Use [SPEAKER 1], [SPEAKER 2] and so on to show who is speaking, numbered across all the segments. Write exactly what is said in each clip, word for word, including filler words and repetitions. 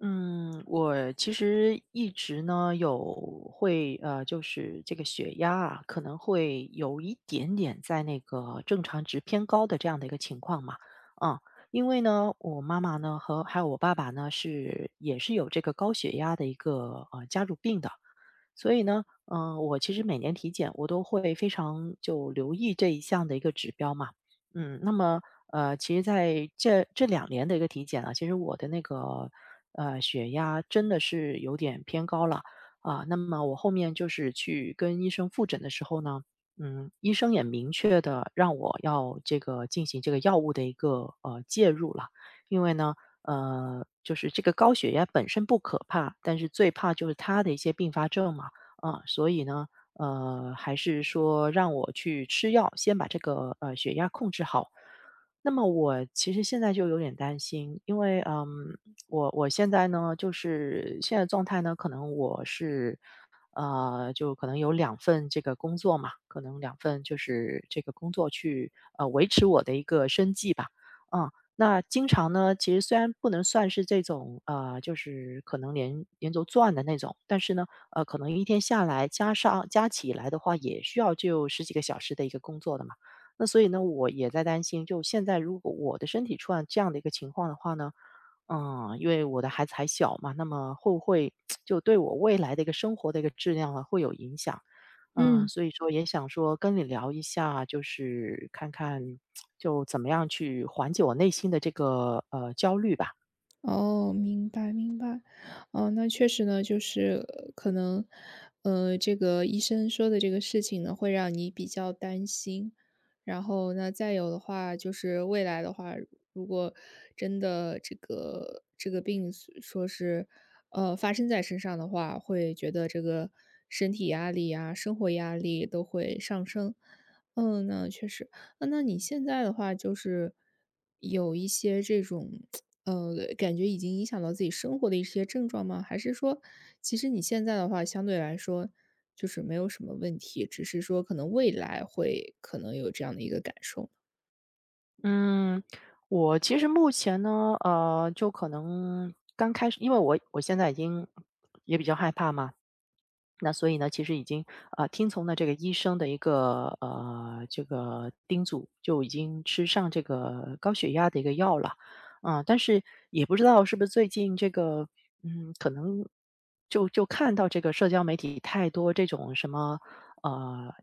[SPEAKER 1] 嗯，我其实一直呢有会呃，就是这个血压啊，可能会有一点点在那个正常值偏高的这样的一个情况嘛，嗯，因为呢，我妈妈呢和还有我爸爸呢是也是有这个高血压的一个呃家族病的，所以呢，嗯，我其实每年体检我都会非常就留意这一项的一个指标嘛。嗯，那么呃，其实在这这两年的一个体检啊，其实我的那个呃血压真的是有点偏高了啊。那么我后面就是去跟医生复诊的时候呢，嗯，医生也明确的让我要这个进行这个药物的一个呃介入了，因为呢。呃，就是这个高血压本身不可怕，但是最怕就是它的一些并发症嘛，啊，所以呢，呃，还是说让我去吃药，先把这个呃血压控制好。那么我其实现在就有点担心，因为嗯，我我现在呢，就是现在状态呢，可能我是呃，就可能有两份这个工作嘛，可能两份就是这个工作去呃维持我的一个生计吧，嗯。那经常呢，其实虽然不能算是这种啊，呃，就是可能连连轴转的那种，但是呢，呃，可能一天下来加上加起来的话，也需要就十几个小时的一个工作的嘛。那所以呢，我也在担心，就现在如果我的身体出现这样的一个情况的话呢，嗯，因为我的孩子还小嘛，那么会不会 就对我未来的一个生活的一个质量啊，会有影响？嗯，
[SPEAKER 2] 嗯，
[SPEAKER 1] 所以说也想说跟你聊一下啊，就是看看就怎么样去缓解我内心的这个呃焦虑吧。
[SPEAKER 2] 哦，明白明白。哦，那确实呢，就是呃可能，呃，这个医生说的这个事情呢，会让你比较担心。然后那再有的话，就是未来的话，如果真的这个这个病是说是，呃，发生在身上的话，会觉得这个身体压力啊、生活压力都会上升。嗯，那确实。那那你现在的话就是有一些这种，呃，感觉已经影响到自己生活的一些症状吗？还是说，其实你现在的话相对来说就是没有什么问题，只是说可能未来会可能有这样的一个感受？
[SPEAKER 1] 嗯，我其实目前呢，呃，就可能刚开始，因为我我现在已经也比较害怕嘛，那所以呢，其实已经呃听从了这个医生的一个呃这个叮嘱，就已经吃上这个高血压的一个药了，啊、但是也不知道是不是最近这个嗯，可能就就看到这个社交媒体太多这种什么呃，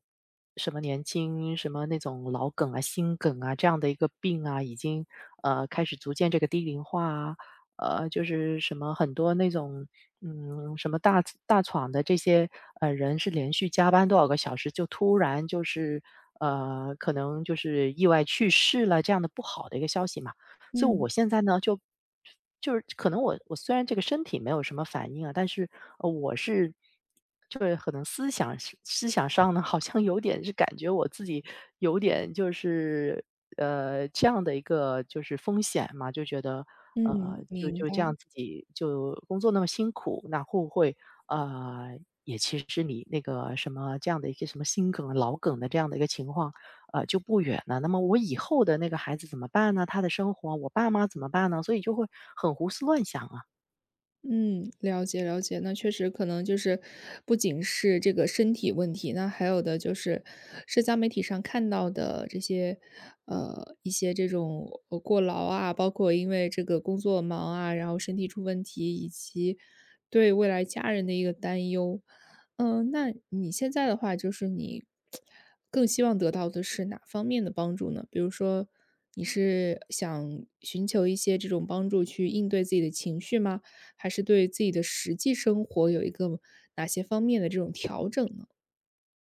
[SPEAKER 1] 什么年轻什么那种老梗啊、心梗啊这样的一个病啊，已经呃开始逐渐这个低龄化啊，呃，就是什么很多那种嗯什么大大厂的这些呃人是连续加班多少个小时，就突然就是呃可能就是意外去世了这样的不好的一个消息嘛。所以
[SPEAKER 2] 嗯
[SPEAKER 1] 我现在呢，就就是可能我我虽然这个身体没有什么反应啊，但是呃，我是就是可能思想是思想上呢，好像有点是感觉我自己有点就是呃这样的一个就是风险嘛，就觉得呃
[SPEAKER 2] 嗯，
[SPEAKER 1] 就
[SPEAKER 2] 明
[SPEAKER 1] 就
[SPEAKER 2] 白。
[SPEAKER 1] 这样自己就工作那么辛苦，那会不会呃也其实你那个什么这样的一个什么心梗啊、老梗的这样的一个情况，呃，就不远了。那么我以后的那个孩子怎么办呢？他的生活，我爸妈怎么办呢？所以就会很胡思乱想啊。
[SPEAKER 2] 嗯，了解了解，那确实可能就是不仅是这个身体问题，那还有的就是社交媒体上看到的这些，呃，一些这种呃过劳啊，包括因为这个工作忙啊，然后身体出问题，以及对未来家人的一个担忧。嗯，那你现在的话，就是你更希望得到的是哪方面的帮助呢？比如说，你是想寻求一些这种帮助去应对自己的情绪吗？还是对自己的实际生活有一个哪些方面的这种调整呢？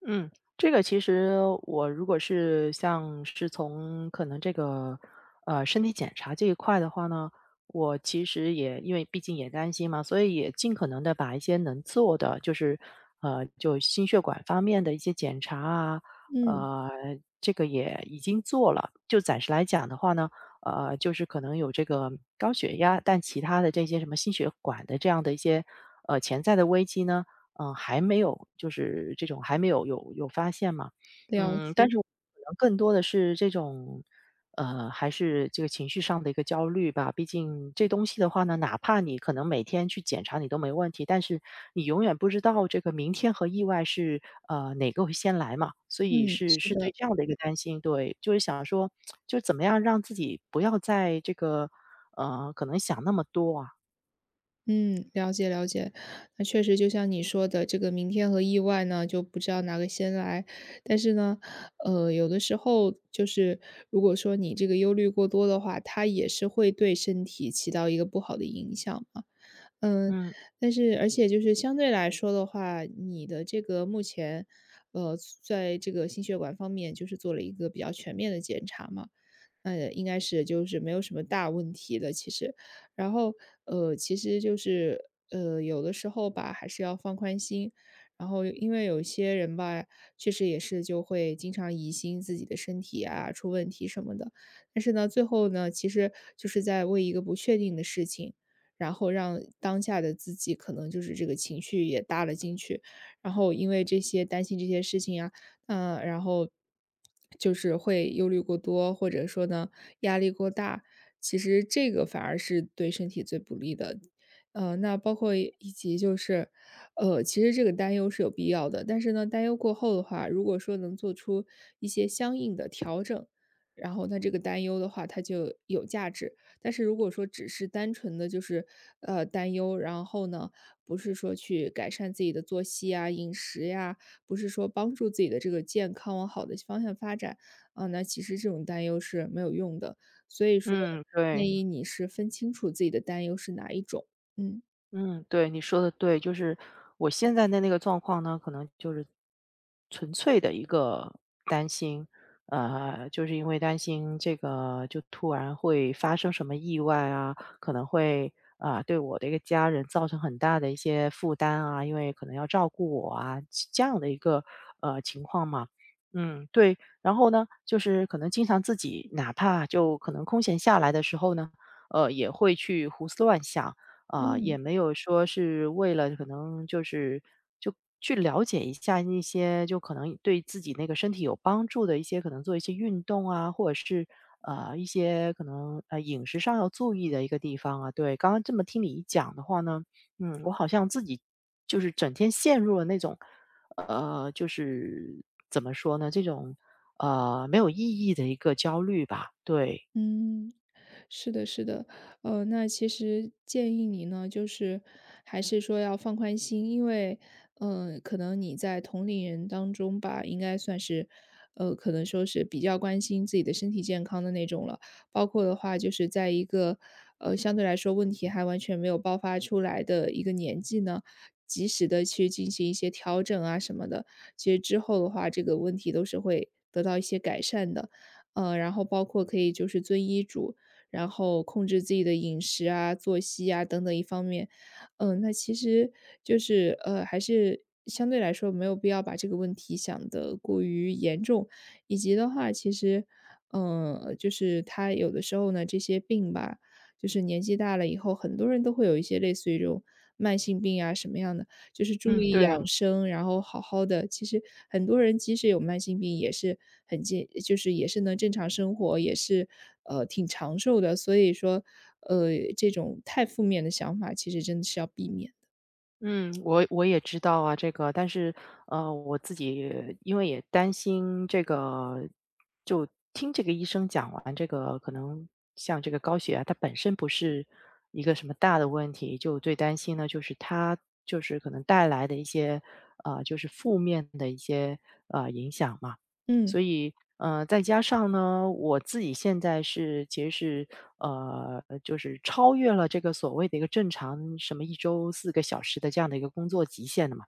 [SPEAKER 1] 嗯，这个其实我如果是像是从可能这个呃身体检查这一块的话呢，我其实也因为毕竟也担心嘛，所以也尽可能的把一些能做的，就是呃就心血管方面的一些检查啊，
[SPEAKER 2] 嗯，
[SPEAKER 1] 呃这个也已经做了。就暂时来讲的话呢，呃就是可能有这个高血压，但其他的这些什么心血管的这样的一些呃潜在的危机呢。嗯，还没有就是这种还没有有有发现嘛。
[SPEAKER 2] 了
[SPEAKER 1] 嗯，
[SPEAKER 2] 解，
[SPEAKER 1] 但是我可能更多的是这种，呃，还是这个情绪上的一个焦虑吧。毕竟这东西的话呢，哪怕你可能每天去检查你都没问题，但是你永远不知道这个明天和意外是呃哪个会先来嘛。所以
[SPEAKER 2] 嗯，
[SPEAKER 1] 是
[SPEAKER 2] 是
[SPEAKER 1] 是对
[SPEAKER 2] 的。
[SPEAKER 1] 这样的一个担心，对，就是想说，就怎么样让自己不要在这个呃，可能想那么多啊。
[SPEAKER 2] 嗯，了解了解，那确实就像你说的，这个明天和意外呢，就不知道哪个先来。但是呢，呃，有的时候就是如果说你这个忧虑过多的话，它也是会对身体起到一个不好的影响嘛。嗯，
[SPEAKER 1] 嗯
[SPEAKER 2] 但是而且就是相对来说的话，你的这个目前，呃，在这个心血管方面就是做了一个比较全面的检查嘛，那应该是就是没有什么大问题的其实。然后，呃，其实就是，呃，有的时候吧，还是要放宽心。然后因为有些人吧，确实也是就会经常疑心自己的身体啊，出问题什么的。但是呢，最后呢，其实就是在为一个不确定的事情然后让当下的自己可能就是这个情绪也搭了进去，然后因为这些担心这些事情啊，嗯，然后就是会忧虑过多，或者说呢压力过大，其实这个反而是对身体最不利的。呃，那包括以以及就是，呃，其实这个担忧是有必要的，但是呢，担忧过后的话，如果说能做出一些相应的调整，然后那这个担忧的话，它就有价值。但是如果说只是单纯的就是，呃，担忧，然后呢，不是说去改善自己的作息啊、饮食呀，不是说帮助自己的这个健康往好的方向发展，啊，那其实这种担忧是没有用的。所以说，
[SPEAKER 1] 嗯，
[SPEAKER 2] 建
[SPEAKER 1] 对。
[SPEAKER 2] 议你是分清楚自己的担忧是哪一种，嗯。
[SPEAKER 1] 嗯，对，你说的对，就是我现在的那个状况呢，可能就是纯粹的一个担心，呃，就是因为担心这个就突然会发生什么意外啊，可能会啊、对我的一个家人造成很大的一些负担啊，因为可能要照顾我啊，这样的一个呃情况嘛。嗯，对。然后呢，就是可能经常自己哪怕就可能空闲下来的时候呢，呃，也会去胡思乱想。啊，也
[SPEAKER 2] 嗯。
[SPEAKER 1] 没有说是为了可能就是就去了解一下那些就可能对自己那个身体有帮助的一些可能做一些运动啊，或者是呃一些可能呃饮食上要注意的一个地方啊。对，刚刚这么听你一讲的话呢，嗯，我好像自己就是整天陷入了那种呃，就是怎么说呢，这种呃没有意义的一个焦虑吧。对，嗯
[SPEAKER 2] 嗯，是的，是的，呃，那其实建议你呢，就是还是说要放宽心，因为，嗯，可能你在同龄人当中吧，应该算是，呃，可能说是比较关心自己的身体健康的那种了。包括的话，就是在一个，呃，相对来说问题还完全没有爆发出来的一个年纪呢，及时的去进行一些调整啊什么的，其实之后的话，这个问题都是会得到一些改善的。呃，然后包括可以就是遵医嘱，然后控制自己的饮食啊、作息啊等等一方面。嗯，那其实就是呃，还是相对来说没有必要把这个问题想得过于严重，以及的话，其实，嗯，就是他有的时候呢，这些病吧，就是年纪大了以后，很多人都会有一些类似于这种慢性病啊什么样的。就是注
[SPEAKER 1] 嗯，
[SPEAKER 2] 意
[SPEAKER 1] 对
[SPEAKER 2] 养
[SPEAKER 1] 啊。
[SPEAKER 2] 生，然后好好的。其实很多人即使有慢性病也是很健就是也是能正常生活，也是，呃，挺长寿的。所以说，呃，这种太负面的想法其实真的是要避免的。
[SPEAKER 1] 嗯，我我也知道啊，这个，但是呃，我自己因为也担心这个，就听这个医生讲完这个，可能像这个高血压，它本身不是一个什么大的问题，就最担心呢，就是它就是可能带来的一些呃，就是负面的一些呃影响嘛。
[SPEAKER 2] 嗯，
[SPEAKER 1] 所以，呃，再加上呢，我自己现在是其实是呃，就是超越了这个所谓的一个正常什么一周四个小时的这样的一个工作极限的嘛，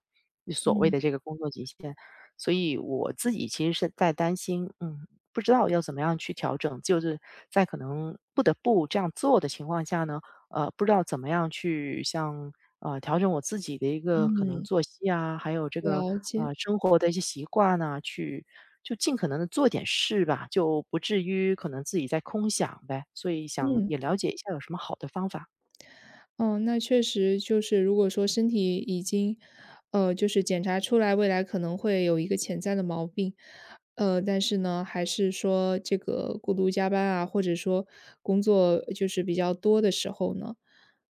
[SPEAKER 1] 就所谓的这个工作极限。所以我自己其实是在担心，嗯，不知道要怎么样去调整，就是在可能不得不这样做的情况下呢，呃，不知道怎么样去像呃调整我自己的一个可能
[SPEAKER 2] 嗯，
[SPEAKER 1] 作息啊，还有这个
[SPEAKER 2] 了解，
[SPEAKER 1] 呃生活的一些习惯呐，去就尽可能的做点事吧，就不至于可能自己在空想呗。所以想
[SPEAKER 2] 嗯。
[SPEAKER 1] 也了解一下有什么好的方法。
[SPEAKER 2] 哦，那确实就是如果说身体已经，呃，就是检查出来未来可能会有一个潜在的毛病，呃，但是呢，还是说这个过度加班啊，或者说工作就是比较多的时候呢，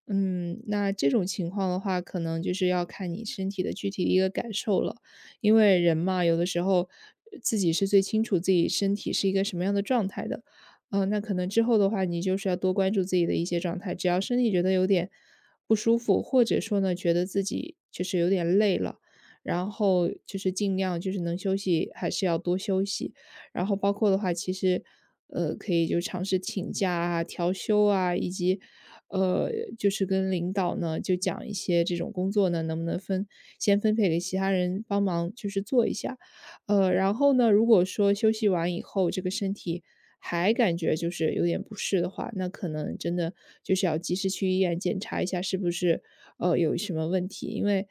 [SPEAKER 2] 嗯，那这种情况的话，可能就是要看你身体的具体的一个感受了，因为人嘛，有的时候自己是最清楚自己身体是一个什么样的状态的。嗯，那可能之后的话，你就是要多关注自己的一些状态。只要身体觉得有点不舒服，或者说呢，觉得自己就是有点累了，然后就是尽量就是能休息还是要多休息。然后包括的话，其实呃，可以就尝试请假啊、调休啊，以及呃，就是跟领导呢就讲一些这种工作呢，能不能分先分配给其他人帮忙，就是做一下。呃，然后呢，如果说休息完以后，这个身体还感觉就是有点不适的话，那可能真的就是要及时去医院检查一下是不是，呃，有什么问题。因为，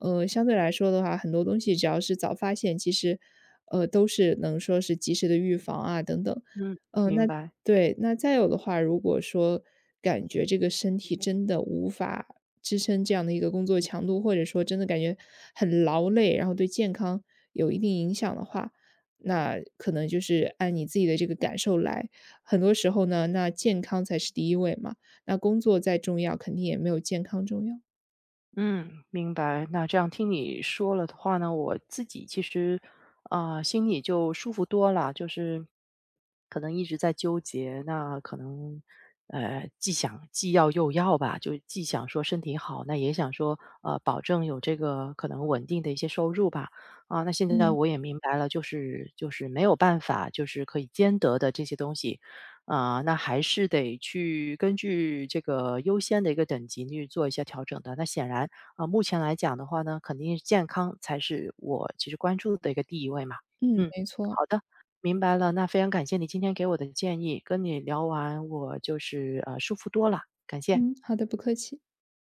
[SPEAKER 2] 呃，相对来说的话，很多东西只要是早发现，其实，呃，都是能说是及时的预防啊等等。
[SPEAKER 1] 嗯，
[SPEAKER 2] 嗯，
[SPEAKER 1] 明
[SPEAKER 2] 那
[SPEAKER 1] 白。
[SPEAKER 2] 对，那再有的话，如果说感觉这个身体真的无法支撑这样的一个工作强度，或者说真的感觉很劳累，然后对健康有一定影响的话，那可能就是按你自己的这个感受来。很多时候呢，那健康才是第一位嘛，那工作再重要，肯定也没有健康重要。
[SPEAKER 1] 嗯，明白。那这样听你说了的话呢，我自己其实啊、心里就舒服多了。就是可能一直在纠结，那可能呃既想既要又要吧，就既想说身体好，那也想说呃保证有这个可能稳定的一些收入吧。啊，那现在
[SPEAKER 2] 嗯。
[SPEAKER 1] 我也明白了，就是就是没有办法，就是可以兼得的这些东西。啊、那还是得去根据这个优先的一个等级去做一些调整的。那显然，啊，目前来讲的话呢，肯定是健康才是我其实关注的一个第一位嘛。
[SPEAKER 2] 嗯，
[SPEAKER 1] 嗯，
[SPEAKER 2] 没错。
[SPEAKER 1] 好的，明白了。那非常感谢你今天给我的建议，跟你聊完我就是呃舒服多了，感谢。
[SPEAKER 2] 嗯，好的，不客气。